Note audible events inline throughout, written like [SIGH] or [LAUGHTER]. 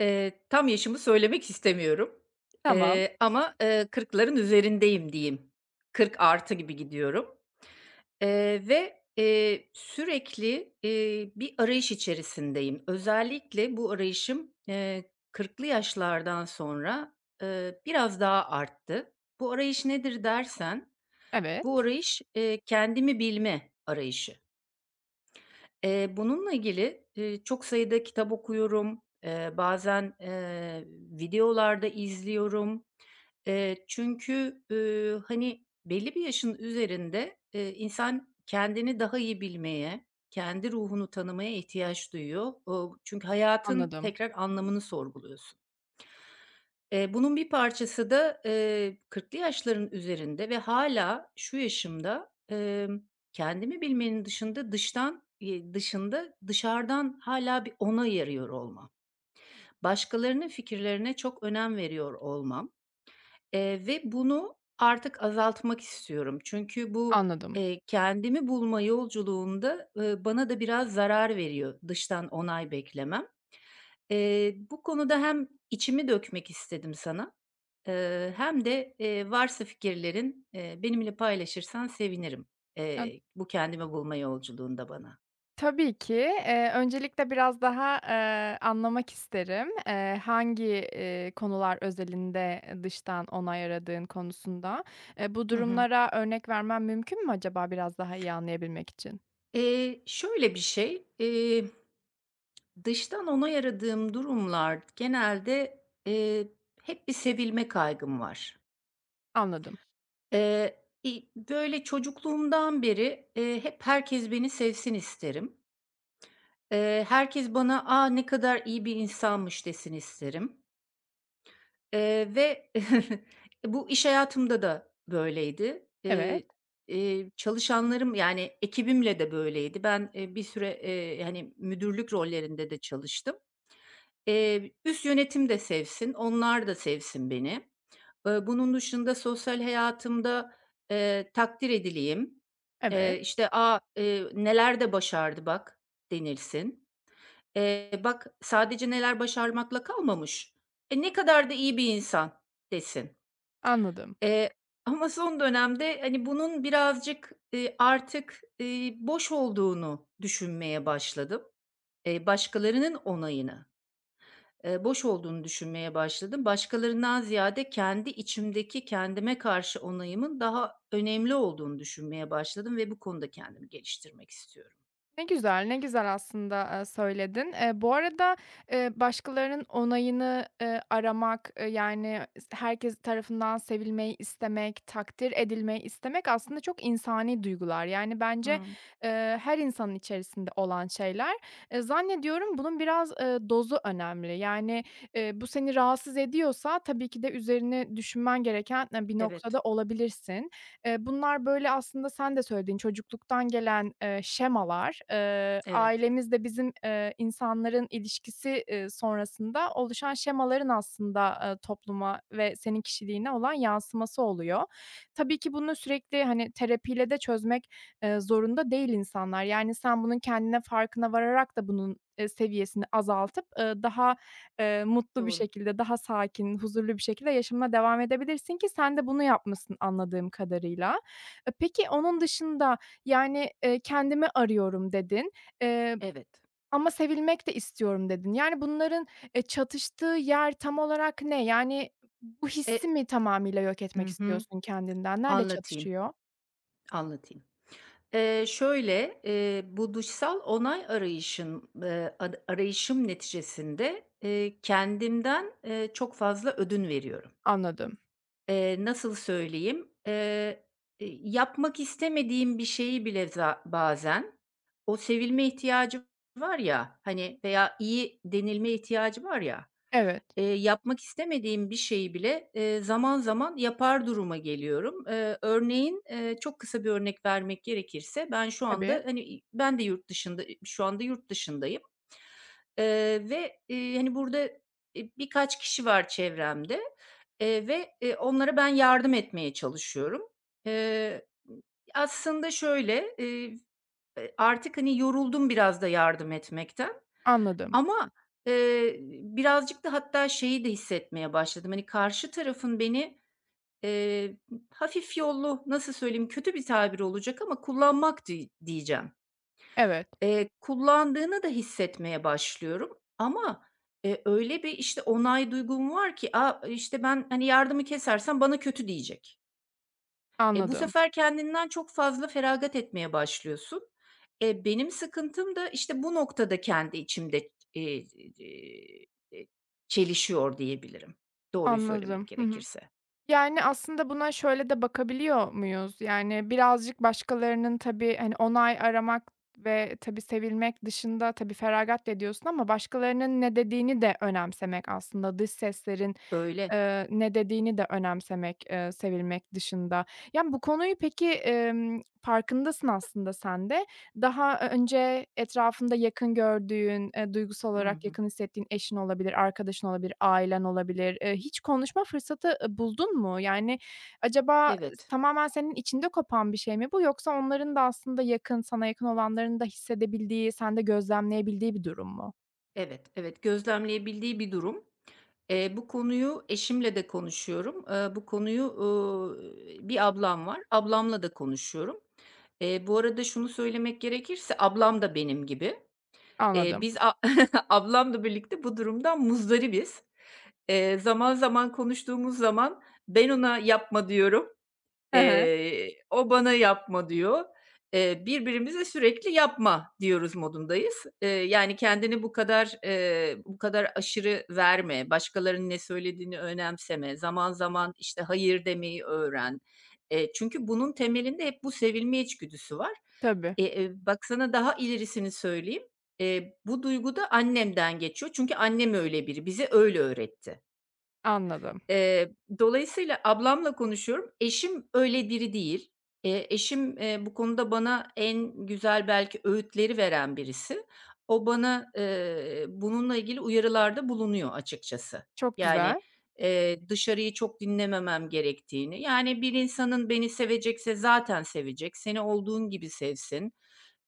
Tam yaşımı söylemek istemiyorum, Tamam, ama, 40'ların üzerindeyim diyeyim. Kırk artı gibi gidiyorum, ve, sürekli, bir arayış içerisindeyim. Özellikle bu arayışım, 40'lı yaşlardan sonra, biraz daha arttı. Bu arayış nedir dersen, evet. bu arayış, kendimi bilme arayışı. Bununla ilgili, çok sayıda kitap okuyorum. Bazen, videolar izliyorum. Çünkü, hani, belli bir yaşın üzerinde, insan kendini daha iyi bilmeye, kendi ruhunu tanımaya ihtiyaç duyuyor. O çünkü hayatın Anladım, tekrar anlamını sorguluyorsun. Bunun bir parçası da, 40'lı yaşların üzerinde ve hâlâ şu yaşımda, kendimi bilmenin dışında dışarıdan hâlâ bir onay arıyor olmam. Başkalarının fikirlerine çok önem veriyor olmam, ve bunu artık azaltmak istiyorum. Çünkü bu, anladım. Kendimi bulma yolculuğunda, bana da biraz zarar veriyor dıştan onay beklemem. Bu konuda hem içimi dökmek istedim sana, hem de, varsa fikirlerin, benimle paylaşırsan sevinirim, Ya, bu kendimi bulma yolculuğunda bana. tabii ki, öncelikle biraz daha, anlamak isterim. Konular özelinde dıştan onay aradığın konusunda. Bu Hı hı. durumlara örnek vermen mümkün mü acaba biraz daha iyi anlayabilmek için? Şöyle bir şey, dıştan onay aradığım durumlar genelde, hep bir sevilme kaygım var. Anladım. Böyle, çocukluğumdan beri, hep herkes beni sevsin isterim. Herkes bana, "Aa, ne kadar iyi bir insanmış." desin isterim, ve [LAUGHS] bu iş hayatımda da böyleydi. Evet, Çalışanlarım, yani, ekibimle de böyleydi. Ben, bir süre, hani, müdürlük rollerinde de çalıştım. Üst yönetim de sevsin, onlar da sevsin beni. Bunun dışında sosyal hayatımda, takdir edileyim. Evet, İşte, "A, neler de başardı bak." denilsin. Bak sadece neler başarmakla kalmamış, "E, ne kadar da iyi bir insan." desin. anladım. Eee, Ama son dönemde, hani, bunun birazcık, artık, boş olduğunu düşünmeye başladım. Başkalarının onayını, boş olduğunu düşünmeye başladım. Başkalarından ziyade kendi içimdeki kendime karşı onayımın daha önemli olduğunu düşünmeye başladım ve bu konuda kendimi geliştirmek istiyorum. Ne güzel, ne güzel aslında, söyledin. Bu arada, başkalarının onayını, aramak, yani, herkes tarafından sevilmeyi istemek, takdir edilmeyi istemek aslında çok insani duygular. Yani, bence, Hıı. Her insanın içerisinde olan şeyler. Zannediyorum bunun biraz, dozu önemli. Yani, bu seni rahatsız ediyorsa tabii ki de üzerine düşünmen gereken, bir Evet, noktada olabilirsin. Bunlar, böyle, aslında sen de söylediğin çocukluktan gelen, şemalar. Evet. Ailemizle bizim, insanların ilişkisi, sonrasında oluşan şemaların aslında, topluma ve senin kişiliğine olan yansıması oluyor. Tabii ki bunu sürekli, hani, terapiyle de çözmek, zorunda değil insanlar. Yani, sen bunun kendine farkına vararak da bunun, seviyesini azaltıp, daha mutlu bir Doğru. şekilde, daha sakin, huzurlu bir şekilde yaşamına devam edebilirsin ki sen de bunu yapmışsın anladığım kadarıyla. E, peki onun dışında, yani, "Kendimi arıyorum." dedin, eee, Evet. ama "Sevilmek de istiyorum." dedin. Yani bunların, çatıştığı yer tam olarak ne? Yani bu hissi E mi tamamıyla yok etmek Hı hı. istiyorsun kendinden? Nerede Anlatayım, çatışıyor? anlatayım. Şöyle, bu dışsal onay arayışım ad arayışım neticesinde, kendimden, çok fazla ödün veriyorum. Anladım. Nasıl söyleyeyim? Yapmak istemediğim bir şeyi bile bazen o sevilme ihtiyacı var ya, hani, veya iyi denilme ihtiyacı var ya. Evet. Yapmak istemediğim bir şeyi bile, zaman zaman yapar duruma geliyorum. Örneğin, çok kısa bir örnek vermek gerekirse ben şu Tabii. anda, hani, ben de yurt dışında şu anda yurt dışındayım, ve, hani, burada, birkaç kişi var çevremde, ve, onlara ben yardım etmeye çalışıyorum. Eee, Aslında şöyle, artık, hani, yoruldum biraz da yardım etmekten. Anladım. Ama, eee, birazcık da hatta şeyi de hissetmeye başladım, hani, karşı tarafın beni, eee, hafif yollu, nasıl söyleyeyim, kötü bir tabir olacak ama kullanmak diyeceğim. Evet. Kullandığını da hissetmeye başlıyorum ama, öyle bir, işte, onay duygum var ki, a, işte, ben, hani, yardımı kesersem bana kötü diyecek. E, bu Anladım. sefer kendinden çok fazla feragat etmeye başlıyorsun. E, benim sıkıntım da işte bu noktada kendi içimde, eee, çelişiyor diyebilirim, doğruyu söylemek Anladım. Hı hı. gerekirse. Yani, aslında buna şöyle de bakabiliyor muyuz? Yani, birazcık başkalarının tabii, hani, onay aramak ve tabii sevilmek dışında, tabii feragat da ediyorsun ama başkalarının ne dediğini de önemsemek aslında dış seslerin Öyle. Ne dediğini de önemsemek, sevilmek dışında. Yani, bu konuyu peki, farkındasın aslında sen de. Daha önce etrafında yakın gördüğün, duygusal Hı olarak hı. yakın hissettiğin eşin olabilir, arkadaşın olabilir, ailen olabilir. Hiç konuşma fırsatı, buldun mu? Yani, acaba Evet, tamamen senin içinde kopan bir şey mi bu yoksa onların da aslında yakın, sana yakın olanların da hissedebildiği, sende gözlemleyebildiği bir durum mu? evet, evet, gözlemleyebildiği bir durum. Bu konuyu eşimle de konuşuyorum. Bu konuyu, bir ablam var, ablamla da konuşuyorum. Bu arada şunu söylemek gerekirse ablam da benim gibi. Anladım. Biz [LAUGHS] ablamla birlikte bu durumdan muzdaribiz. Zaman zaman konuştuğumuz zaman ben ona yapma diyorum. Hı hı. O bana yapma diyor. Birbirimize sürekli yapma diyoruz modundayız. Yani kendini bu kadar, bu kadar aşırı verme, başkalarının ne söylediğini önemseme, zaman zaman, işte, hayır demeyi öğren. Çünkü bunun temelinde hep bu sevilme içgüdüsü var. Tabii, Bak sana daha ilerisini söyleyeyim. Bu duygu da annemden geçiyor çünkü annem öyle biri, bize öyle öğretti. anladım. Eee, Dolayısıyla ablamla konuşuyorum. Eşim öyle biri değil. Eşim, bu konuda bana en güzel belki öğütleri veren birisi. O bana, bununla ilgili uyarılarda bulunuyor açıkçası. Çok Yani, güzel. Dışarıyı çok dinlememem gerektiğini, yani, bir insanın beni sevecekse zaten sevecek, seni olduğun gibi sevsin.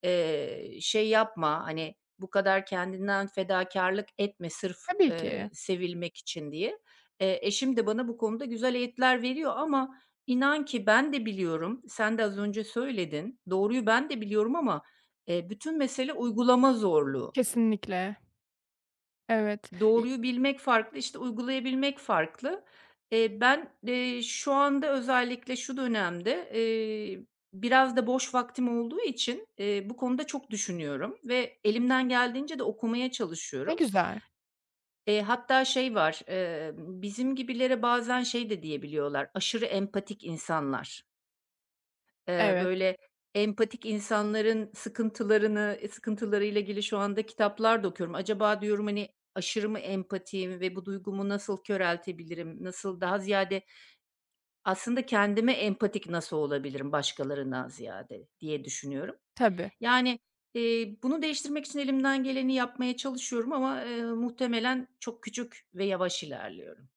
Şey yapma, hani, bu kadar kendinden fedakarlık etme sırf, Tabii ki. Sevilmek için diye. Eşim de bana bu konuda güzel öğütler veriyor ama inan ki ben de biliyorum, sen de az önce söyledin, doğruyu ben de biliyorum ama, bütün mesele uygulama zorluğu. Kesinlikle. Evet. İ Doğruyu bilmek farklı, işte, uygulayabilmek farklı. Ben, şu anda özellikle şu dönemde, biraz da boş vaktim olduğu için, bu konuda çok düşünüyorum ve elimden geldiğince de okumaya ne çalışıyorum. güzel. Hatta şey var, bizim gibilere bazen şey de diyebiliyorlar, aşırı empatik insanlar. Evet. Böyle empatik insanların sıkıntılarını sıkıntılarıyla ilgili şu anda kitaplar da okuyorum. Acaba diyorum, hani, aşırı mı empatiyim ve bu duygumu nasıl köreltebilirim? Nasıl daha ziyade aslında kendime empatik nasıl olabilirim başkalarından ziyade diye düşünüyorum. Tabii. Yani, bunu değiştirmek için elimden geleni yapmaya çalışıyorum ama, muhtemelen çok küçük ve yavaş ilerliyorum.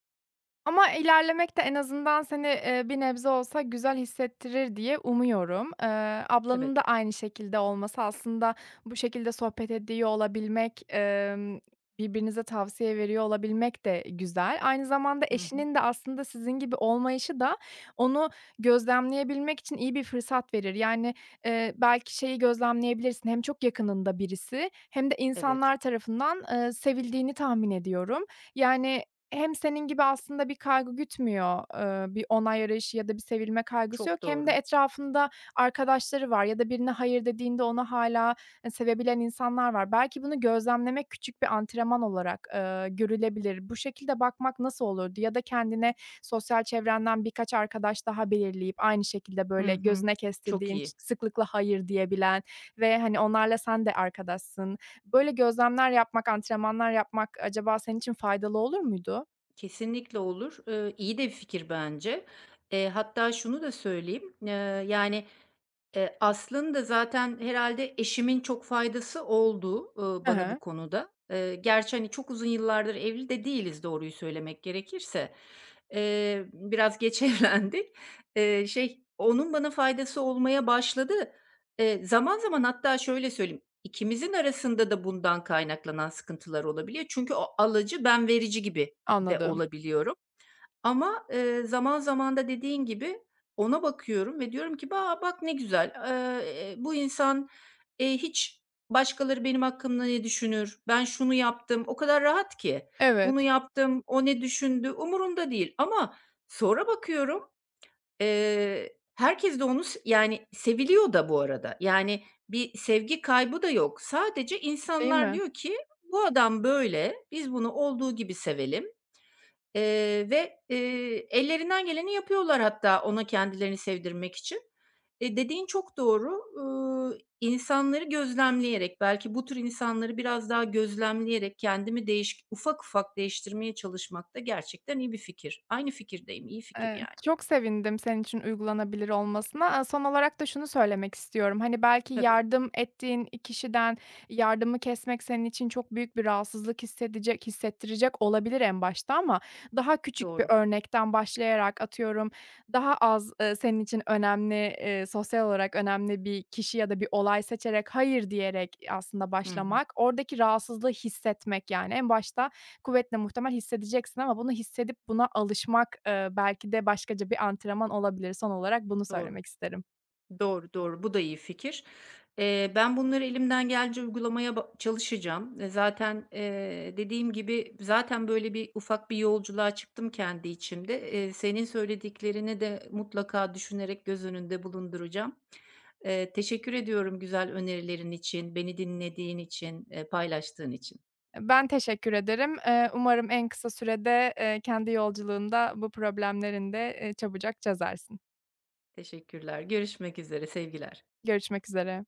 Ama ilerlemek de en azından seni, bir nebze olsa güzel hissettirir diye umuyorum. Evet. Ablanın da aynı şekilde olması aslında bu şekilde sohbet ediyor olabilmek, birbirinize tavsiye veriyor olabilmek de güzel. Aynı zamanda Hı hı. eşinin de aslında sizin gibi olmayışı da onu gözlemleyebilmek için iyi bir fırsat verir. Yani, belki şeyi gözlemleyebilirsin, hem çok yakınında birisi hem de Evet. insanlar tarafından, sevildiğini tahmin ediyorum. Yani, hem senin gibi aslında bir kaygı gütmüyor, bir onay arayışı ya da bir sevilme kaygısı yok Çok hem de doğru. etrafında arkadaşları var ya da birine hayır dediğinde onu hâlâ, sevebilen insanlar var. Belki bunu gözlemlemek küçük bir antrenman olarak, görülebilir. Bu şekilde bakmak nasıl olurdu? Ya da kendine sosyal çevrenden birkaç arkadaş daha belirleyip aynı şekilde, Hı böyle, hı. gözüne Çok kestirdiğin, iyi. sıklıkla hayır diyebilen ve, hani, onlarla sen de arkadaşsın. Böyle gözlemler yapmak, antrenmanlar yapmak acaba senin için faydalı olur muydu? Kesinlikle olur. İyi de bir fikir bence. Hatta şunu da söyleyeyim, yani, aslında zaten herhâlde eşimin çok faydası oldu, Hı bana hı, bu konuda. Gerçi, hani, çok uzun yıllardır evli de değiliz doğruyu söylemek gerekirse. Biraz geç [LAUGHS] evlendik. Şey, onun bana faydası olmaya başladı. Zaman zaman hatta şöyle söyleyeyim, ikimizin arasında da bundan kaynaklanan sıkıntılar olabiliyor. Çünkü o alıcı, ben verici gibi de anladım. olabiliyorum. Ama, zaman zaman da dediğin gibi ona bakıyorum ve diyorum ki, "A, bak ne güzel, bu insan, hiç başkaları benim hakkımda ne düşünür, ben şunu yaptım." O kadar rahat ki, "Bunu Evet, yaptım, o ne düşündü?" umurunda değil ama sonra bakıyorum, herkes de onu yani, seviliyor da bu arada. Yani, bir sevgi kaybı da yok. Sadece değil insanlar mi? diyor ki, "Bu adam böyle, biz bunu olduğu gibi sevelim." Ve, ellerinden geleni yapıyorlar hatta ona kendilerini sevdirmek için. E, dediğin çok doğru. İnsanları gözlemleyerek, belki bu tür insanları biraz daha gözlemleyerek kendimi ufak ufak değiştirmeye çalışmak da gerçekten iyi bir fikir. Aynı fikirdeyim, iyi fikir yani. Çok sevindim senin için uygulanabilir olmasına. Aaa, son olarak da şunu söylemek istiyorum. Hani, belki Tabii, yardım ettiğin kişiden yardımı kesmek senin için çok büyük bir rahatsızlık hissedecek hissettirecek olabilir en başta ama daha küçük bir doğru. örnekten başlayarak atıyorum daha az, senin için önemli, sosyal olarak önemli bir kişi ya da bir olay seçerek hayır diyerek aslında Hı hı, başlamak, oradaki rahatsızlığı hissetmek yani en başta kuvvetle muhtemel hissedeceksin ama bunu hissedip buna alışmak, belki de başkaca bir antrenman olabilir. Son olarak bunu doğru. söylemek isterim. Doğru, doğru. Bu da iyi fikir. Ben bunları elimden geldiğince uygulamaya çalışacağım. E, zaten, dediğim gibi zaten böyle bir ufak bir yolculuğa çıktım kendi içimde. Senin söylediklerini de mutlaka düşünerek göz önünde bulunduracağım. Teşekkür ediyorum güzel önerilerin için, beni dinlediğin için, paylaştığın için. Ben teşekkür ederim. Umarım en kısa sürede, kendi yolculuğunda bu problemlerini de, çabucak çözersin. Teşekkürler. Görüşmek üzere, sevgiler. Görüşmek üzere.